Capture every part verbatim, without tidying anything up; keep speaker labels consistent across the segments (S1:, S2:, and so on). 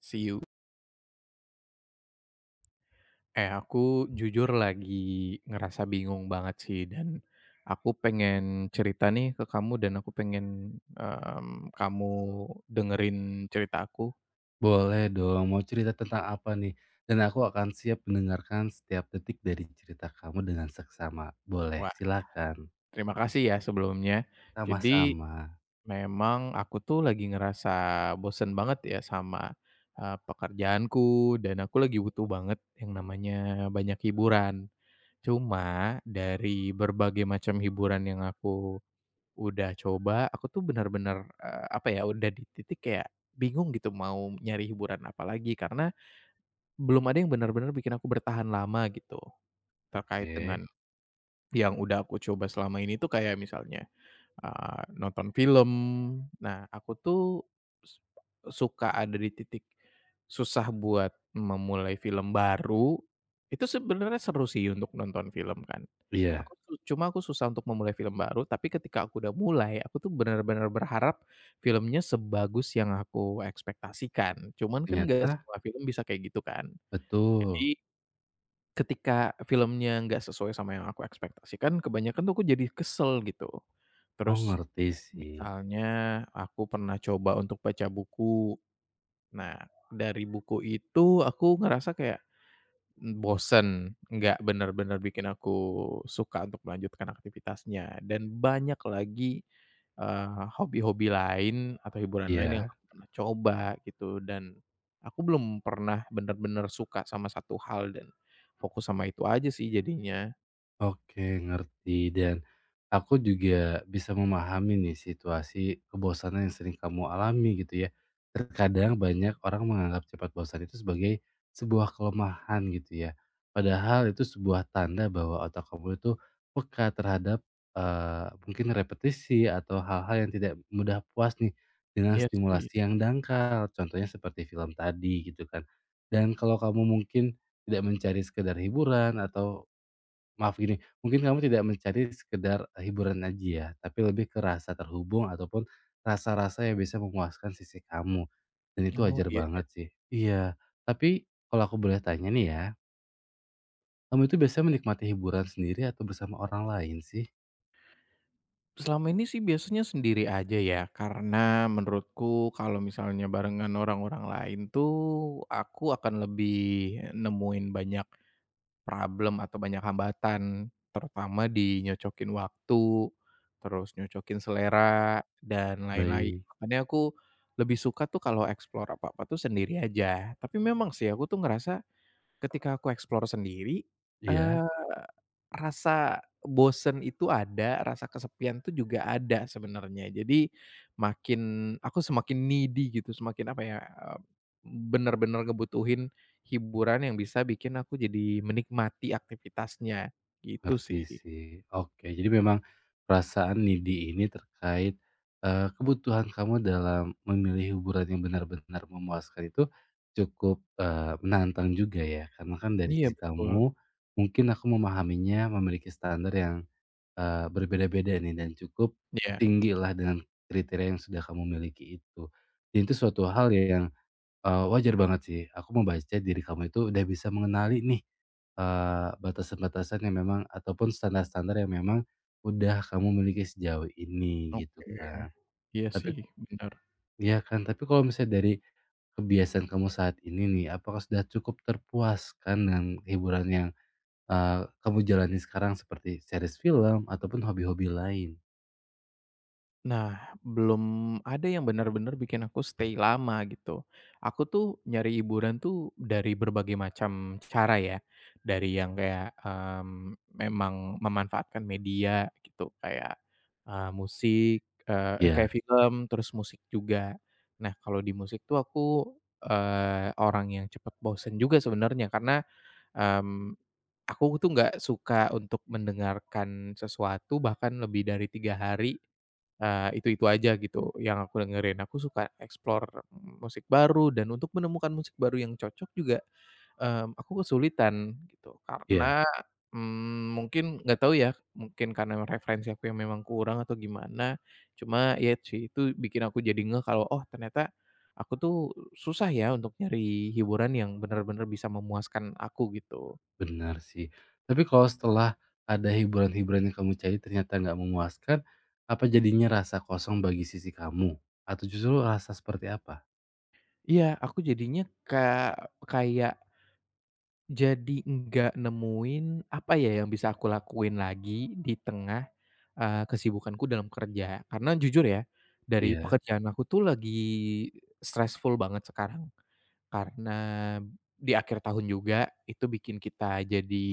S1: See you. Eh, aku jujur lagi ngerasa bingung banget sih dan aku pengen cerita nih ke kamu dan aku pengen, mmm, kamu dengerin cerita aku.
S2: Boleh dong, mau cerita tentang apa nih? Dan aku akan siap mendengarkan setiap detik dari cerita kamu dengan seksama. Boleh,
S1: Wah,
S2: silakan.
S1: terima kasih ya sebelumnya. Jadi
S2: Sama-sama.
S1: memang aku tuh lagi ngerasa bosen banget ya sama, eee, pekerjaanku dan aku lagi butuh banget yang namanya banyak hiburan. Cuma dari berbagai macam hiburan yang aku udah coba, aku tuh benar-benar eee, apa ya, udah di titik kayak bingung gitu mau nyari hiburan apa lagi, karena belum ada yang benar-benar bikin aku bertahan lama gitu, terkait
S2: Oke.
S1: dengan yang udah aku coba selama ini tuh kayak misalnya Eee, nonton film. Nah, aku tuh s suka ada di titik susah buat memulai film baru, itu sebenarnya seru sih untuk nonton film kan. Aku
S2: Iya,
S1: su cuma aku susah untuk memulai film baru, tapi ketika aku udah mulai, aku tuh benar-benar berharap filmnya sebagus yang aku ekspektasikan. Cuman kan
S2: ternyata
S1: nggak semua film bisa kayak gitu kan.
S2: betul.
S1: Jadi ketika filmnya nggak sesuai sama yang aku ekspektasikan, kebanyakan tuh aku jadi kesel gitu.
S2: Oh,
S1: Terus
S2: ngerti sih.
S1: misalnya aku pernah coba untuk baca buku. Nah, dari buku itu aku ngerasa kayak, mmm, bosen, nggak benar-benar bikin aku suka untuk melanjutkan aktivitasnya. Dan banyak lagi, eee, hobi-hobi lain atau hiburan lain yang
S2: Iya.
S1: aku pernah coba gitu dan aku belum pernah benar-benar suka sama satu hal dan fokus sama itu aja sih jadinya.
S2: Oke, ngerti dan aku juga bisa memahami nih situasi kebosanan yang sering kamu alami gitu ya. Terkadang banyak orang menganggap cepat bosan itu sebagai sebuah kelemahan gitu ya. Padahal itu sebuah tanda bahwa otak kamu itu peka terhadap eh, mungkin repetisi atau hal-hal yang tidak mudah puas nih dengan
S1: Iya sih.
S2: stimulasi yang dangkal. Contohnya seperti film tadi gitu kan. Dan kalau kamu mungkin tidak mencari sekedar hiburan atau maaf gini, mungkin kamu tidak mencari sekedar eh, hiburan aja ya, tapi lebih ke rasa terhubung ataupun rasa-rasa yang bisa memuaskan sisi kamu, dan itu
S1: Oh
S2: wajar
S1: iya.
S2: banget sih. Iya, tapi kalau aku boleh tanya nih ya, kamu itu biasanya menikmati hiburan sendiri atau bersama orang lain sih?
S1: Selama ini sih biasanya sendiri aja ya, karena menurutku kalau misalnya barengan orang-orang lain tuh aku akan lebih nemuin banyak problem atau banyak hambatan, terutama di nyocokin waktu, terus nyocokin selera dan lain-lain.
S2: Baik,
S1: Makanya aku lebih suka tuh kalau explore apa-apa tuh sendiri aja. Tapi memang sih aku tuh ngerasa ketika aku explore sendiri,
S2: iya.
S1: eee, rasa bosen itu ada, rasa kesepian tuh juga ada sebenarnya. Jadi makin aku semakin needy gitu, semakin apa ya, eee, bener-bener ngebutuhin hiburan yang bisa bikin aku jadi menikmati aktivitasnya, gitu
S2: Ngerti
S1: sih.
S2: sih. Oke, jadi memang perasaan needy ini terkait, eee, kebutuhan kamu dalam memilih hiburan yang benar-benar memuaskan itu cukup, eee, menantang juga ya, karena kan dari
S1: Iya
S2: sisi
S1: betul.
S2: kamu mungkin aku memahaminya memiliki standar yang, eee, berbeda-beda nih dan cukup
S1: Iya,
S2: tinggi lah dengan kriteria yang sudah kamu miliki itu. Dan itu suatu hal yang Eee, wajar banget sih, aku membaca diri kamu itu udah bisa mengenali nih, eee, batasan-batasan yang memang ataupun standar-standar yang memang udah kamu miliki sejauh ini
S1: oke.
S2: gitu kan.
S1: Iya sih,
S2: Tapi
S1: bener.
S2: ya kan, tapi kalau misalnya dari kebiasaan kamu saat ini nih, apakah sudah cukup terpuaskan dengan hiburan yang, eee, kamu jalani sekarang seperti series film ataupun hobi-hobi lain?
S1: Nah, belum ada yang benar-benar bikin aku stay lama gitu. Aku tuh nyari hiburan tuh dari berbagai macam cara ya. Dari yang kayak, mmm, memang memanfaatkan media gitu, kayak, eee, musik, eee, kayak
S2: Iya,
S1: film, terus musik juga. Nah, kalau di musik tuh aku, eee, orang yang cepet bosen juga sebenarnya karena, mmm, aku tuh nggak suka untuk mendengarkan sesuatu bahkan lebih dari tiga hari. Eee, itu-itu aja gitu yang aku dengerin. Aku suka explore musik baru dan untuk menemukan musik baru yang cocok juga, mmm, aku kesulitan gitu
S2: iya.
S1: karena, mmm, mungkin nggak tahu ya, mungkin karena referensi aku yang memang kurang atau gimana, cuma ya sih itu bikin aku jadi ngeh kalau, oh ternyata aku tuh susah ya untuk nyari hiburan yang benar-benar bisa memuaskan aku gitu.
S2: Benar sih. Tapi kalau setelah ada hiburan-hiburan yang kamu cari ternyata nggak memuaskan, apa jadinya rasa kosong bagi sisi kamu? Atau justru rasa seperti apa?
S1: Iya, aku jadinya ka kayak jadi nggak nemuin, apa ya, yang bisa aku lakuin lagi di tengah, eee, kesibukanku dalam kerja. Karena jujur ya, dari
S2: Iya,
S1: pekerjaan aku tuh lagi stressful banget sekarang. Karena di akhir tahun juga, itu bikin kita jadi,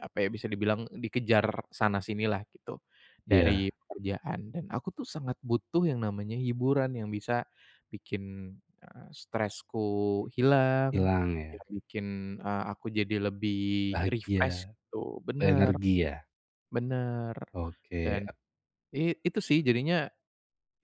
S1: apa ya, bisa dibilang dikejar sana sinilah gitu,
S2: iya,
S1: dari pekerjaan. Dan aku tuh sangat butuh yang namanya hiburan yang bisa bikin, eee, stresku hilang,
S2: hilang ya?
S1: yang bikin, eee, aku jadi lebih
S2: Bahagia,
S1: refresh gitu. Bener
S2: berenergi ya?
S1: bener.
S2: Oke,
S1: Dan i itu sih jadinya,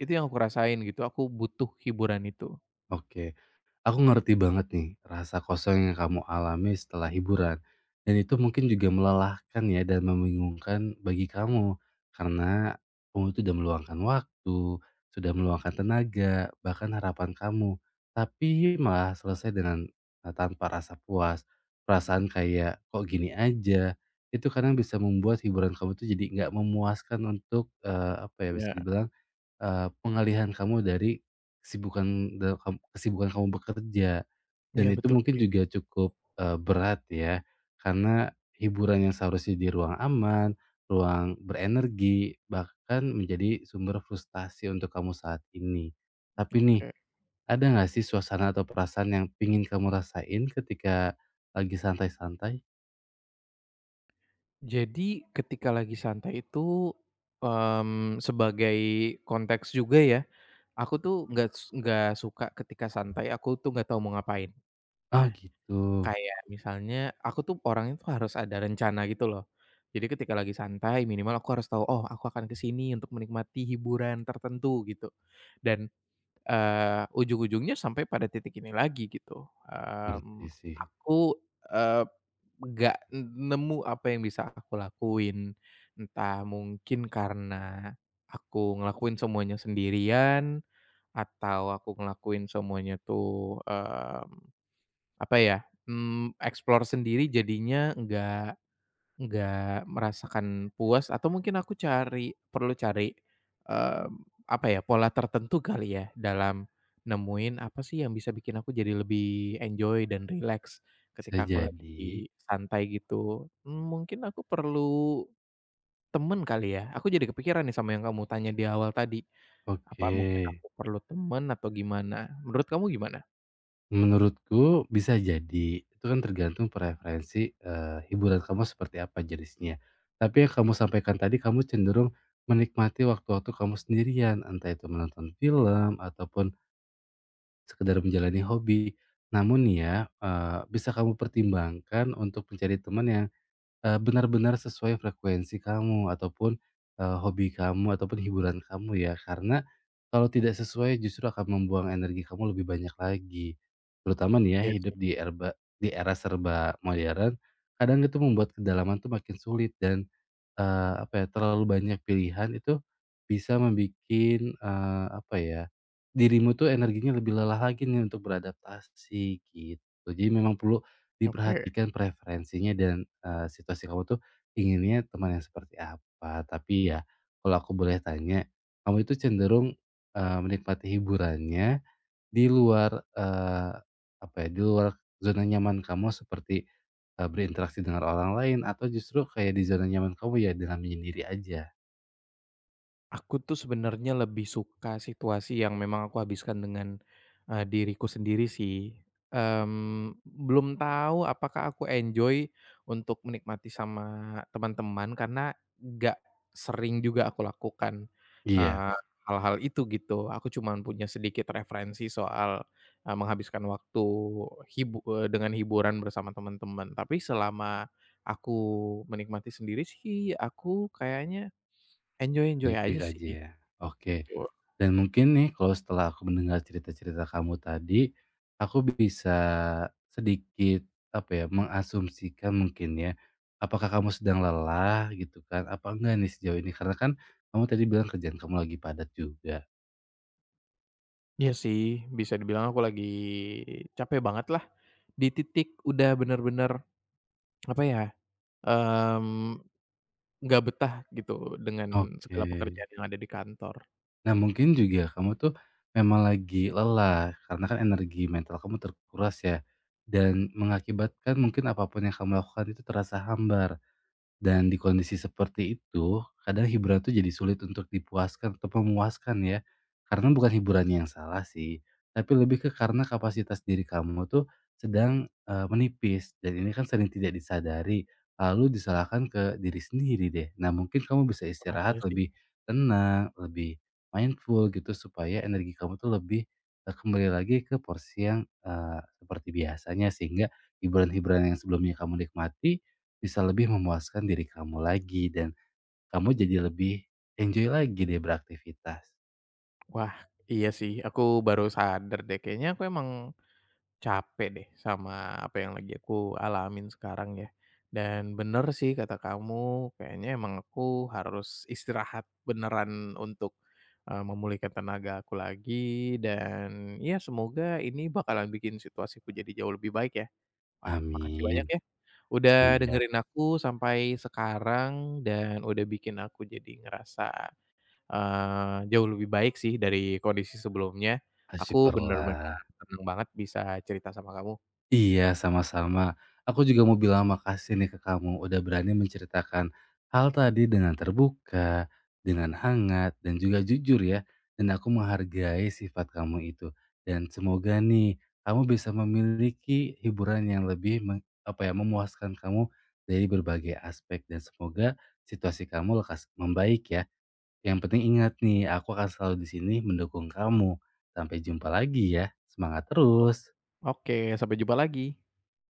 S1: itu yang aku rasain gitu, aku butuh hiburan itu.
S2: oke. Aku ngerti banget nih rasa kosong yang kamu alami setelah hiburan. Dan itu mungkin juga melelahkan ya dan membingungkan bagi kamu. Karena kamu itu sudah meluangkan waktu, sudah meluangkan tenaga, bahkan harapan kamu. Tapi malah selesai dengan eh, tanpa rasa puas. Perasaan kayak kok gini aja. Itu kadang bisa membuat hiburan kamu tuh jadi nggak memuaskan untuk eh, apa ya bisa
S1: Ya,
S2: dibilang eee, pengalihan kamu dari kesibukan da kam kesibukan kamu bekerja. Dan
S1: iya
S2: itu
S1: betul
S2: mungkin
S1: sih.
S2: juga cukup, eee, berat ya, karena hiburan yang seharusnya di ruang aman, ruang berenergi, bahkan menjadi sumber frustasi untuk kamu saat ini. Tapi nih,
S1: Oke.
S2: ada nggak sih suasana atau perasaan yang pingin kamu rasain ketika lagi santai-santai?
S1: Jadi ketika lagi santai itu, mmm, sebagai konteks juga ya, aku tuh nggak s nggak suka ketika santai aku tuh nggak tahu mau ngapain.
S2: Oh
S1: Nah,
S2: gitu,
S1: kayak misalnya aku tuh orangnya tuh harus ada rencana gitu loh. Jadi ketika lagi santai minimal aku harus tahu, "Oh aku akan ke sini untuk menikmati hiburan tertentu," gitu. Dan, eee, ujung-ujungnya sampai pada titik ini lagi gitu, mmm,
S2: ngerti sih.
S1: aku, nggak nemu apa yang bisa aku lakuin. Entah mungkin karena aku ngelakuin semuanya sendirian, atau aku ngelakuin semuanya tuh, mmm, apa ya, mmm, explore sendiri jadinya nggak Nggak merasakan puas atau mungkin aku cari perlu cari, eee, apa ya, pola tertentu kali ya dalam nemuin apa sih yang bisa bikin aku jadi lebih enjoy dan relax
S2: Bisa
S1: ketika aku
S2: jadi.
S1: lagi santai gitu. Mmm, mungkin aku perlu temen kali ya? Aku jadi kepikiran nih sama yang kamu tanya di awal tadi. Apa
S2: Oke.
S1: mungkin aku perlu temen atau gimana? Menurut kamu gimana?
S2: Menurutku bisa jadi, itu kan tergantung preferensi, eee, hiburan kamu seperti apa jenisnya. Tapi yang kamu sampaikan tadi kamu cenderung menikmati waktu-waktu kamu sendirian, entah itu menonton film ataupun sekedar menjalani hobi. Namun ya, eee, bisa kamu pertimbangkan untuk mencari teman yang Eee, benar-benar sesuai frekuensi kamu ataupun, eee, hobi kamu ataupun hiburan kamu ya, karena kalau tidak sesuai justru akan membuang energi kamu lebih banyak lagi. Terutama nih ya
S1: Iya
S2: hidup
S1: sih.
S2: di erba di era serba modern, kadang itu membuat kedalaman tuh makin sulit dan Eee, apa ya, terlalu banyak pilihan itu bisa membuat apa ya, dirimu tuh energinya lebih lelah lagi nih untuk beradaptasi gitu. Jadi memang perlu
S1: Oke.
S2: diperhatikan preferensinya dan, eee, situasi kamu tuh inginnya teman yang seperti apa. Tapi ya kalau aku boleh tanya, kamu itu cenderung, eee, menikmati hiburannya di luar, eee, apa ya, di luar zona nyaman kamu seperti, eee, berinteraksi dengan orang lain atau justru kayak di zona nyaman kamu ya dengan menyendiri aja?
S1: Aku tuh sebenarnya lebih suka situasi yang memang aku habiskan dengan, eee, diriku sendiri sih. Mmm, belum tahu apakah aku enjoy untuk menikmati sama teman-teman karena nggak sering juga aku lakukan,
S2: Iya,
S1: eee, hal-hal itu gitu. Aku cuman punya sedikit referensi soal, eee, menghabiskan waktu hibu eee, dengan hiburan bersama teman-teman. Tapi selama aku menikmati sendiri sih, aku kayaknya enjoy-enjoy aja
S2: baik-baik
S1: sih.
S2: aja ya. Oke,
S1: Betul.
S2: dan mungkin nih kalau setelah aku mendengar cerita-cerita kamu tadi, aku bisa sedikit, apa ya, mengasumsikan mungkin ya, apakah kamu sedang lelah gitu kan? Apa enggak nih sejauh ini? Karena kan kamu tadi bilang kerjaan kamu lagi padat juga.
S1: Iya sih, bisa dibilang aku lagi capek banget lah, di titik udah bener-bener, apa ya, mmm, nggak betah gitu dengan
S2: Oke.
S1: segala pekerjaan yang ada di kantor.
S2: Nah, mungkin juga kamu tuh memang lagi lelah karena kan energi mental kamu terkuras ya dan mengakibatkan mungkin apapun yang kamu lakukan itu terasa hambar. Dan di kondisi seperti itu, kadang hiburan tuh jadi sulit untuk dipuaskan atau memuaskan ya. Karena bukan hiburannya yang salah sih, tapi lebih ke karena kapasitas diri kamu tuh sedang eh, menipis dan ini kan sering tidak disadari, lalu disalahkan ke diri sendiri deh. Nah, mungkin kamu bisa
S1: Wah iya
S2: istirahat
S1: sih
S2: lebih tenang, lebih mindful gitu supaya energi kamu tuh lebih eh, kembali lagi ke porsi yang eh, seperti biasanya sehingga hiburan-hiburan yang sebelumnya kamu nikmati bisa lebih memuaskan diri kamu lagi dan kamu jadi lebih enjoy lagi deh beraktivitas.
S1: wah, iya sih, aku baru sadar deh, kayaknya aku emang capek deh sama apa yang lagi aku alamin sekarang ya, dan bener sih kata kamu, kayaknya emang aku harus istirahat beneran untuk, eee, memulihkan tenaga aku lagi dan ya semoga ini bakalan bikin situasiku jadi jauh lebih baik ya. Wah makasih banyak
S2: Amin.
S1: ya, udah
S2: Iya,
S1: dengerin aku sampai sekarang dan udah bikin aku jadi ngerasa, eee, jauh lebih baik sih dari kondisi sebelumnya.
S2: ah,
S1: Aku bener-bener
S2: syukurlah.
S1: seneng banget bisa cerita sama kamu.
S2: Iya, sama-sama. Aku juga mau bilang makasih nih ke kamu udah berani menceritakan hal tadi dengan terbuka, dengan hangat, dan juga jujur ya. Dan aku menghargai sifat kamu itu. Dan semoga nih kamu bisa memiliki hiburan yang lebih meng- apa ya memuaskan kamu dari berbagai aspek dan semoga situasi kamu lekas membaik ya. Yang penting ingat nih, aku akan selalu di sini mendukung kamu. Sampai jumpa lagi ya. Semangat terus.
S1: Oke, sampai jumpa lagi.